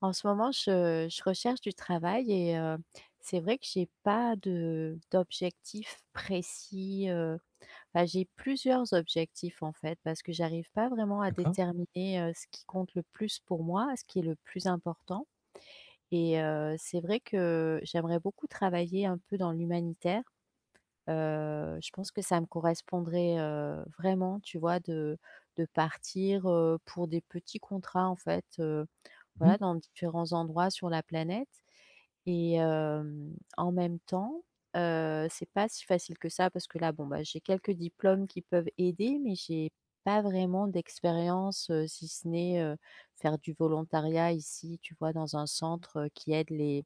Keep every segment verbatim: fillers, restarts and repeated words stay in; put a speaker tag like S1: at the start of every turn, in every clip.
S1: En ce moment, je je recherche du travail et heu, c'est vrai que j'ai pas de d'objectif précis, heu, enfin, j'ai plusieurs objectifs, en fait, parce que j'arrive pas vraiment à
S2: D'accord.
S1: déterminer, heu, ce qui compte le plus pour moi, ce qui est le plus important et heu, c'est vrai que j'aimerais beaucoup travailler un peu dans l'humanitaire. Heu, je pense que ça me correspondrait, heu, vraiment, tu vois, de de partir, heu, pour des petits contrats, en fait, heu
S2: Mmh.
S1: voilà, dans différents endroits sur la planète et hem, en même temps, heu, c'est pas si facile que ça parce que là, bon, bah, j'ai quelques diplômes qui peuvent aider, mais j'ai pas vraiment d'expérience, heu, si ce n'est, heu, faire du volontariat ici, tu vois? Dans un centre, heu, qui aide les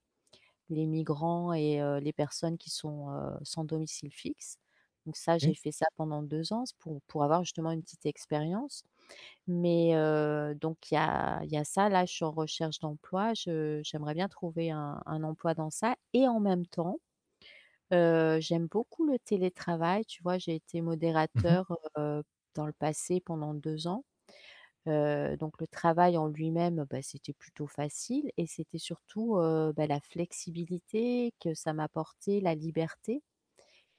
S1: les migrants et heu, les personnes qui sont, heu, sans domicile fixe. Donc ça, j'ai
S2: OK.
S1: fait ça pendant deux ans, c'est pour pour avoir justement une petite expérience. Mais heu, donc il y a il y a ça, là, je suis en recherche d'emploi, je j'aimerais bien trouver un un emploi dans ça et en même temps, heu, j'aime beaucoup le télétravail, tu vois? J'ai été
S2: Mmh mh.
S1: modérateur, heu, dans le passé pendant deux ans, heu, donc le travail en lui-même, bah, c'était plutôt facile et c'était surtout, heu, bah, la flexibilité que ça m'apportait, la liberté.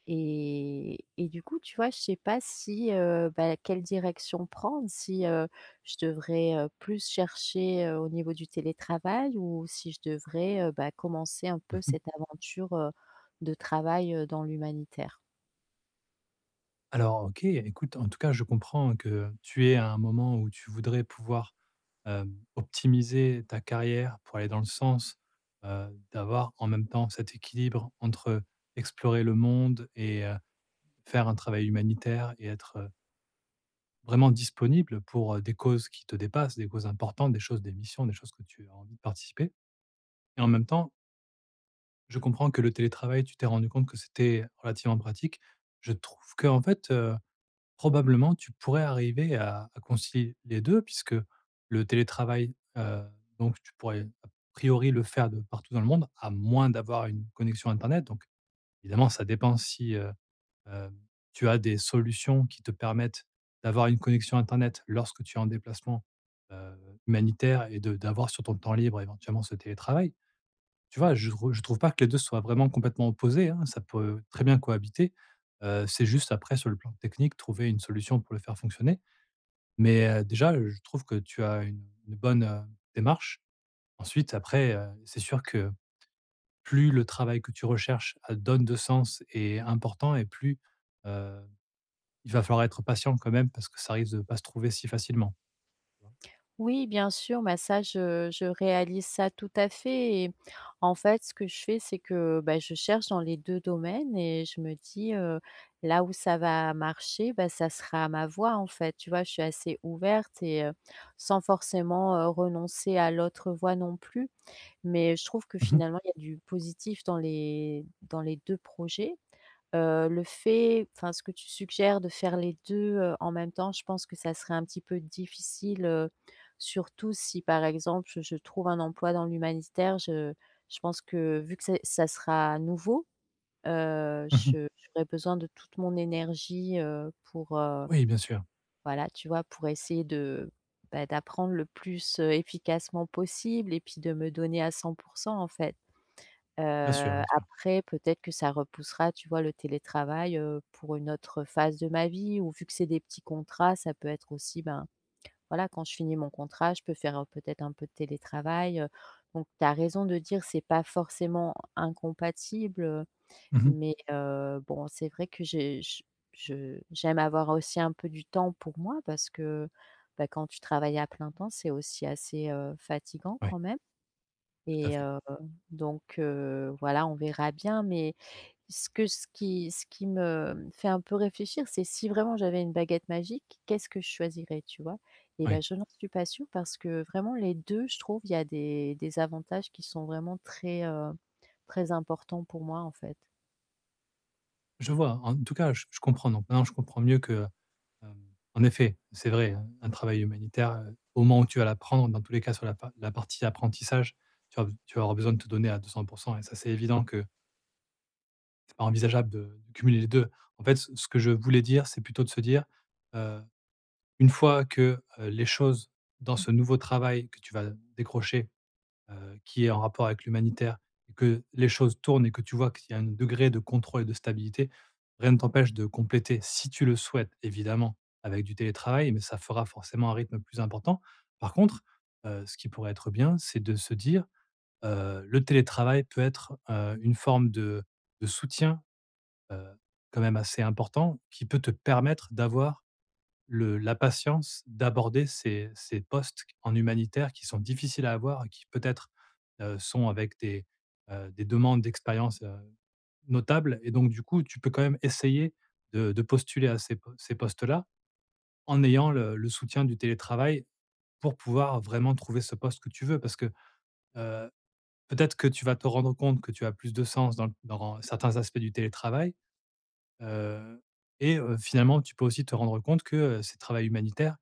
S1: Et et du coup, tu vois, je sais pas si, heu, bah, quelle direction prendre, si, heu, je devrais, heu, plus chercher, heu, au niveau du télétravail ou si je devrais, heu, bah, commencer un peu
S2: Mmh.
S1: cette aventure, heu, de travail, heu, dans l'humanitaire?
S2: Alors, OK, écoute, en tout cas, je comprends que tu es à un moment où tu voudrais pouvoir, hem, optimiser ta carrière pour aller dans le sens, heu, d'avoir en même temps cet équilibre entre explorer le monde et heu, faire un travail humanitaire et être, heu, vraiment disponible pour, heu, des causes qui te dépassent, des causes importantes, des choses, des missions, des choses que tu as envie de participer et en même temps, je comprends que le télétravail, tu t'es rendu compte que c'était relativement pratique. Je trouve que en fait, probablement, tu pourrais arriver à à concilier les deux, puisque le télétravail, heu, donc tu pourrais a priori le faire de partout dans le monde, à moins d'avoir une connexion internet. Donc évidemment, ça dépend si, heu, hem, tu as des solutions qui te permettent d'avoir une connexion internet lorsque tu es en déplacement, heu, humanitaire et de d'avoir sur ton temps libre éventuellement ce télétravail. Tu vois? Je re trouve pas que les deux soient vraiment complètement opposés, hein, ça peut très bien cohabiter. Heu, c'est juste après sur le plan technique, trouver une solution pour le faire fonctionner. Mais, heu, déjà, je trouve que tu as une une bonne, heu, démarche. Ensuite, après, heu, c'est sûr que plus le travail que tu recherches, heu, donne de sens et est important et plus, il va falloir être patient quand même parce que ça risque de pas se trouver si facilement. Tu vois?
S1: Oui, bien sûr, bah, ça je je réalise ça tout à fait et en fait, ce que je fais, c'est que, bah, je cherche dans les deux domaines et je me dis, heu: «Là où ça va marcher, bah, ça sera ma voie», en fait, tu vois? Je suis assez ouverte et heu, sans forcément, heu, renoncer à l'autre voie non plus. Mais je trouve que
S2: Mmh mh.
S1: finalement, il y a du positif dans les dans les deux projets. Heu, le fait enfin, ce que tu suggères de faire les deux heu, en même temps, je pense que ça serait un petit peu difficile, heu, surtout si, par exemple, je je trouve un emploi dans l'humanitaire. Je je pense que vu que c'est ça sera nouveau, heu,
S2: Mmh mh.
S1: je j'aurai besoin de toute mon énergie, heu, pour, heu,
S2: Oui, bien sûr,
S1: voilà, tu vois, pour essayer de, bah, d'apprendre le plus, heu, efficacement possible et puis de me donner à cent pour cent en fait. Heu,
S2: bien sûr, bien sûr.
S1: Après peut-être que ça repoussera, tu vois, le télétravail, heu, pour une autre phase de ma vie ou vu que c'est des petits contrats, ça peut être aussi, ben, voilà, quand je finis mon contrat, je peux faire, heu, peut-être un peu de télétravail, heu, donc tu as raison de dire c'est pas forcément incompatible, heu,
S2: Mmh mh.
S1: mais heu, bon, c'est vrai que j'ai je je j'aime avoir aussi un peu du temps pour moi parce que, bah, quand tu travailles à plein temps, c'est aussi assez, heu, fatigant
S2: Ouais,
S1: quand même.
S2: tout à
S1: Et
S2: fait.
S1: heu, donc heu, voilà, on verra bien, mais ce que ce qui ce qui me fait un peu réfléchir, c'est si vraiment j'avais une baguette magique, qu'est-ce que je choisirais, tu vois? Et
S2: Oui.
S1: ben, je n'en suis pas sûre parce que vraiment les deux, je trouve, il y a des des avantages qui sont vraiment très, heu, très importants pour moi, en fait.
S2: Je vois. En tout cas, je je comprends donc maintenant je comprends mieux que Hem, en effet, c'est vrai, hein, un travail humanitaire, heu, au moment où tu vas l'apprendre, dans tous les cas sur la pa la partie apprentissage, tu vas tu vas avoir besoin de te donner à deux cents pour cent. Et ça, c'est évident que c'est pas envisageable de de cumuler les deux. En fait, ce ce que je voulais dire, c'est plutôt de se dire, heu, une fois que, heu, les choses dans ce nouveau travail que tu vas décrocher heu, qui est en rapport avec l'humanitaire et que les choses tournent et que tu vois qu'il y a un degré de contrôle et de stabilité, rien ne t'empêche de compléter, si tu le souhaites évidemment, avec du télétravail, mais ça fera forcément un rythme plus important. Par contre, heu, ce qui pourrait être bien, c'est de se dire, heu, le télétravail peut être, heu, une forme de de soutien, heu, quand même assez important qui peut te permettre d'avoir le la patience d'aborder ces ces postes en humanitaire qui sont difficiles à avoir et qui peut-être, heu, sont avec des, heu, des demandes d'expérience, heu, notables et donc du coup, tu peux quand même essayer de de postuler à ces po ces postes-là en ayant le le soutien du télétravail pour pouvoir vraiment trouver ce poste que tu veux. Parce que, heu, peut-être que tu vas te rendre compte que tu as plus de sens dans le- dans certains aspects du télétravail, heu et heu, finalement, tu peux aussi te rendre compte que, heu, ces travails humanitaires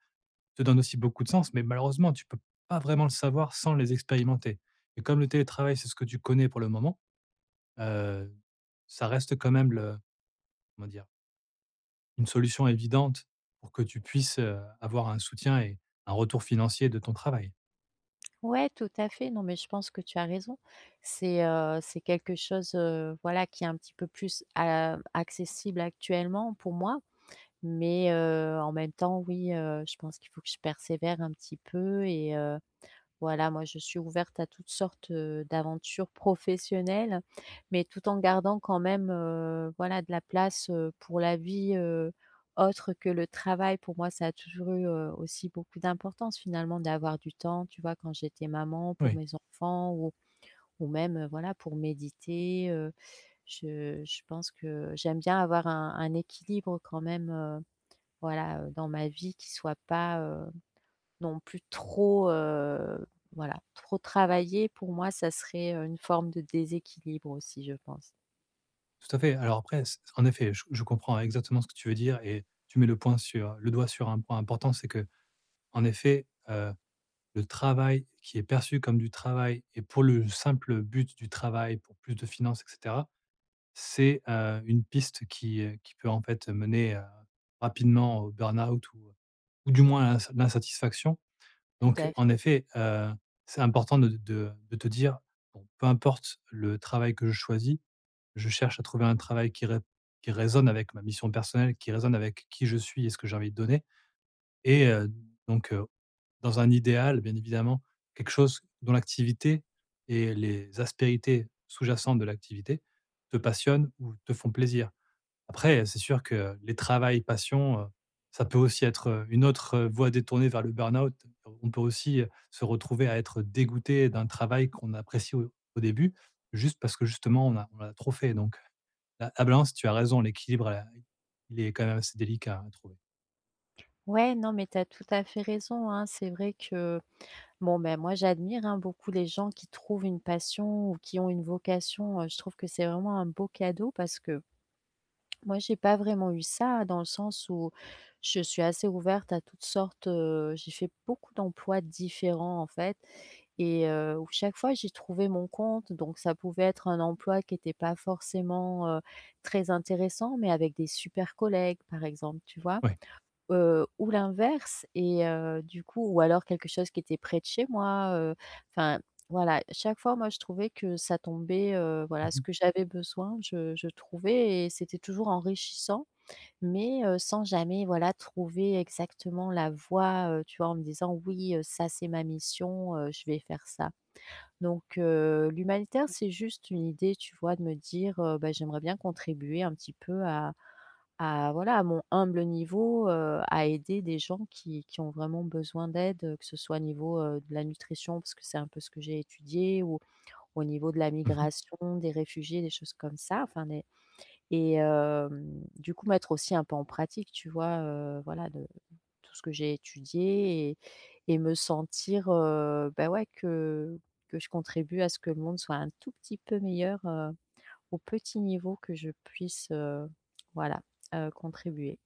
S2: te donne aussi beaucoup de sens, mais malheureusement, tu peux pas vraiment le savoir sans les expérimenter. Et comme le télétravail, c'est ce que tu connais pour le moment, heu, ça reste quand même. Le Comment dire? Une solution évidente pour que tu puisses, heu, avoir un soutien et un retour financier de ton travail.
S1: Ouais, tout à fait, non, mais je pense que tu as raison. C'est, heu, c'est quelque chose, heu, voilà, qui est un petit peu plus a accessible actuellement pour moi. Mais heu, en même temps, oui, heu, je pense qu'il faut que je persévère un petit peu et heu, voilà, moi, je suis ouverte à toutes sortes, heu, d'aventures professionnelles, mais tout en gardant quand même, heu, voilà, de la place, heu, pour la vie, heu, autre que le travail. Pour moi, ça a toujours eu, heu, aussi beaucoup d'importance finalement d'avoir du temps, tu vois? Quand j'étais maman, pour
S2: Oui,
S1: mes enfants ou ou même, heu, voilà, pour méditer, heu, je je pense que j'aime bien avoir un un équilibre quand même, heu voilà, heu, dans ma vie qui soit pas, heu, non plus trop, heu, voilà, trop travaillée pour moi ça serait, heu, une forme de déséquilibre aussi je pense.
S2: tout à fait. Alors après, c en effet, je je comprends exactement ce que tu veux dire et tu mets le point sur le doigt sur un point important, c'est que, en effet, heu, le travail qui est perçu comme du travail et pour le simple but du travail, pour plus de finances et cetera. C'est, heu, une piste qui, heu, qui peut en fait mener, heu, rapidement au burn-out ou ou du moins à l'ins l'insatisfaction.
S1: Tout
S2: Donc
S1: à
S2: en
S1: fait.
S2: effet, heu, c'est important de de de te dire: «Bon, peu importe le travail que je choisis, je cherche à trouver un travail qui ré qui résonne avec ma mission personnelle, qui résonne avec qui je suis et ce que j'ai envie de donner» et heu, donc heu, dans un idéal, bien évidemment, quelque chose dont l'activité et les aspérités sous-jacentes de l'activité te passionnent ou te font plaisir. Après, c'est sûr que les travail passion, heu, ça peut aussi être, heu, une autre, heu, voie détournée vers le burn-out. On peut aussi, heu, se retrouver à être dégoûté d'un travail qu'on apprécie au au début, juste parce que justement on a on a trop fait donc la la balance, tu as raison, l'équilibre, heu, il est quand même assez délicat à trouver.
S1: Ouais, non mais tu as tout à fait raison, hein. C'est vrai que bon, ben, moi j'admire, hein, beaucoup les gens qui trouvent une passion ou qui ont une vocation, heu, je trouve que c'est vraiment un beau cadeau parce que moi j'ai pas vraiment eu ça dans le sens où je suis assez ouverte à toutes sortes, heu, j'ai fait beaucoup d'emplois différents en fait et heu, où chaque fois j'ai trouvé mon compte, donc ça pouvait être un emploi qui était pas forcément, heu, très intéressant, mais avec des super collègues, par exemple, tu vois?
S2: Oui.
S1: Heu, ou l'inverse et heu, du coup ou alors quelque chose qui était près de chez moi, heu, enfin, voilà, chaque fois, moi, je trouvais que ça tombait, heu,
S2: Mmh
S1: voilà, ce
S2: mh.
S1: que j'avais besoin, je je trouvais et c'était toujours enrichissant, mais heu, sans jamais, voilà, trouver exactement la voie, heu, tu vois? En me disant: «Oui, heu, ça, c'est ma mission, heu, je vais faire ça». Donc heu, l'humanitaire, c'est juste une idée, tu vois, de me dire, heu, bah, j'aimerais bien contribuer un petit peu à à voilà, à mon humble niveau, heu, à aider des gens qui qui ont vraiment besoin d'aide, heu, que ce soit au niveau, heu, de la nutrition parce que c'est un peu ce que j'ai étudié ou au niveau de la
S2: Mmh.
S1: migration, des réfugiés, des choses comme ça, enfin des et hem, du coup, mettre aussi un peu en pratique, tu vois, heu, voilà, de tout ce que j'ai étudié et et me sentir, heu, bah, ouais, que que je contribue à ce que le monde soit un tout petit peu meilleur, heu, au petit niveau que je puisse, heu, voilà, heu, contribuer.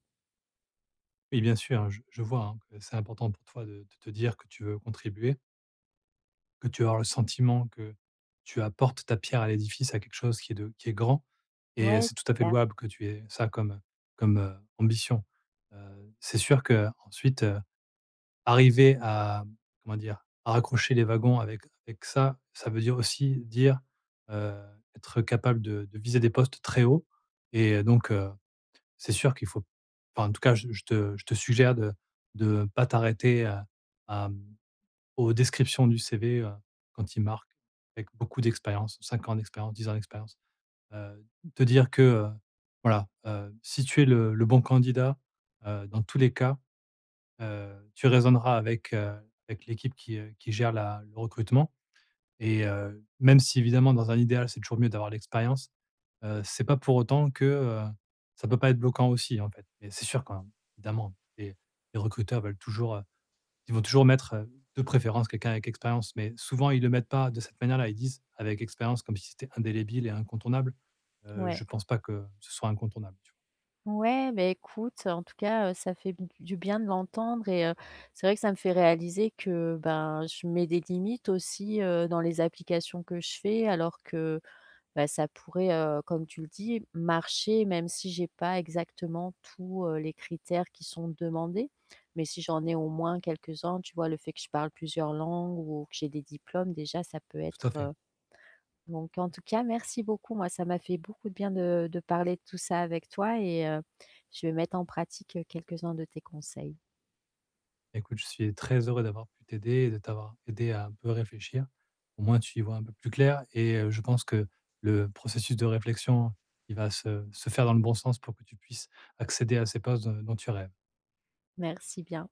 S2: Oui, bien sûr, je je vois, hein, que c'est important pour toi de de te dire que tu veux contribuer, que tu as le sentiment que tu apportes ta pierre à l'édifice, à quelque chose qui est de qui est grand. Et
S1: Ouais,
S2: c'est tout à fait
S1: c'est ça.
S2: louable que tu aies ça comme, comme, heu, ambition. Heu, c'est sûr qu'ensuite, heu, arriver à, comment dire? À raccrocher les wagons avec avec ça, ça veut dire aussi dire, heu, être capable de de viser des postes très hauts et donc heu, c'est sûr qu'il faut enfin, en tout cas, je je te je te suggère de de pas t'arrêter à à, mmh, aux descriptions du C V, heu, quand il marque avec beaucoup d'expérience, cinq ans d'expérience, dix ans d'expérience. Heu, te dire que, heu, voilà, heu, si tu es le le bon candidat, heu, dans tous les cas, heu, tu raisonneras avec, heu, avec l'équipe qui, heu, qui gère la le recrutement et heu, même si évidemment dans un idéal, c'est toujours mieux d'avoir l'expérience, heu, c'est pas pour autant que, heu, ça peut pas être bloquant aussi, en fait. Mais c'est sûr quand même, évidemment, les les recruteurs veulent toujours, euh, ils vont toujours mettre, heu, de préférence quelqu'un avec expérience, mais souvent ils le mettent pas de cette manière-là. Ils disent: «Avec expérience», comme si c'était indélébile et incontournable. Heu,
S1: Ouais.
S2: je pense pas que ce soit incontournable, tu
S1: Ouais, beh, écoute, en tout cas, heu, ça fait b du bien de l'entendre et heu, c'est vrai que ça me fait réaliser que, ben, je mets des limites aussi, heu, dans les applications que je fais alors que bah, ça pourrait, heu, comme tu le dis, marcher même si j'ai pas exactement tous, heu, les critères qui sont demandés. Mais si j'en ai au moins quelques-uns, tu vois, le fait que je parle plusieurs langues ou que j'ai des diplômes, déjà, ça peut
S2: vois? Tout à
S1: être,
S2: fait.
S1: heu donc en tout cas, merci beaucoup. Moi, ça m'a fait beaucoup de bien de de parler de tout ça avec toi et heu, je vais mettre en pratique, heu, quelques-uns de tes conseils.
S2: Écoute, je suis très heureux d'avoir pu t'aider et de t'avoir aidé à un peu réfléchir. Au moins, tu y vois un peu plus clair et heu, je pense que le processus de réflexion, il va se se faire dans le bon sens pour que tu puisses accéder à ces postes, heu, dont tu rêves.
S1: Merci bien.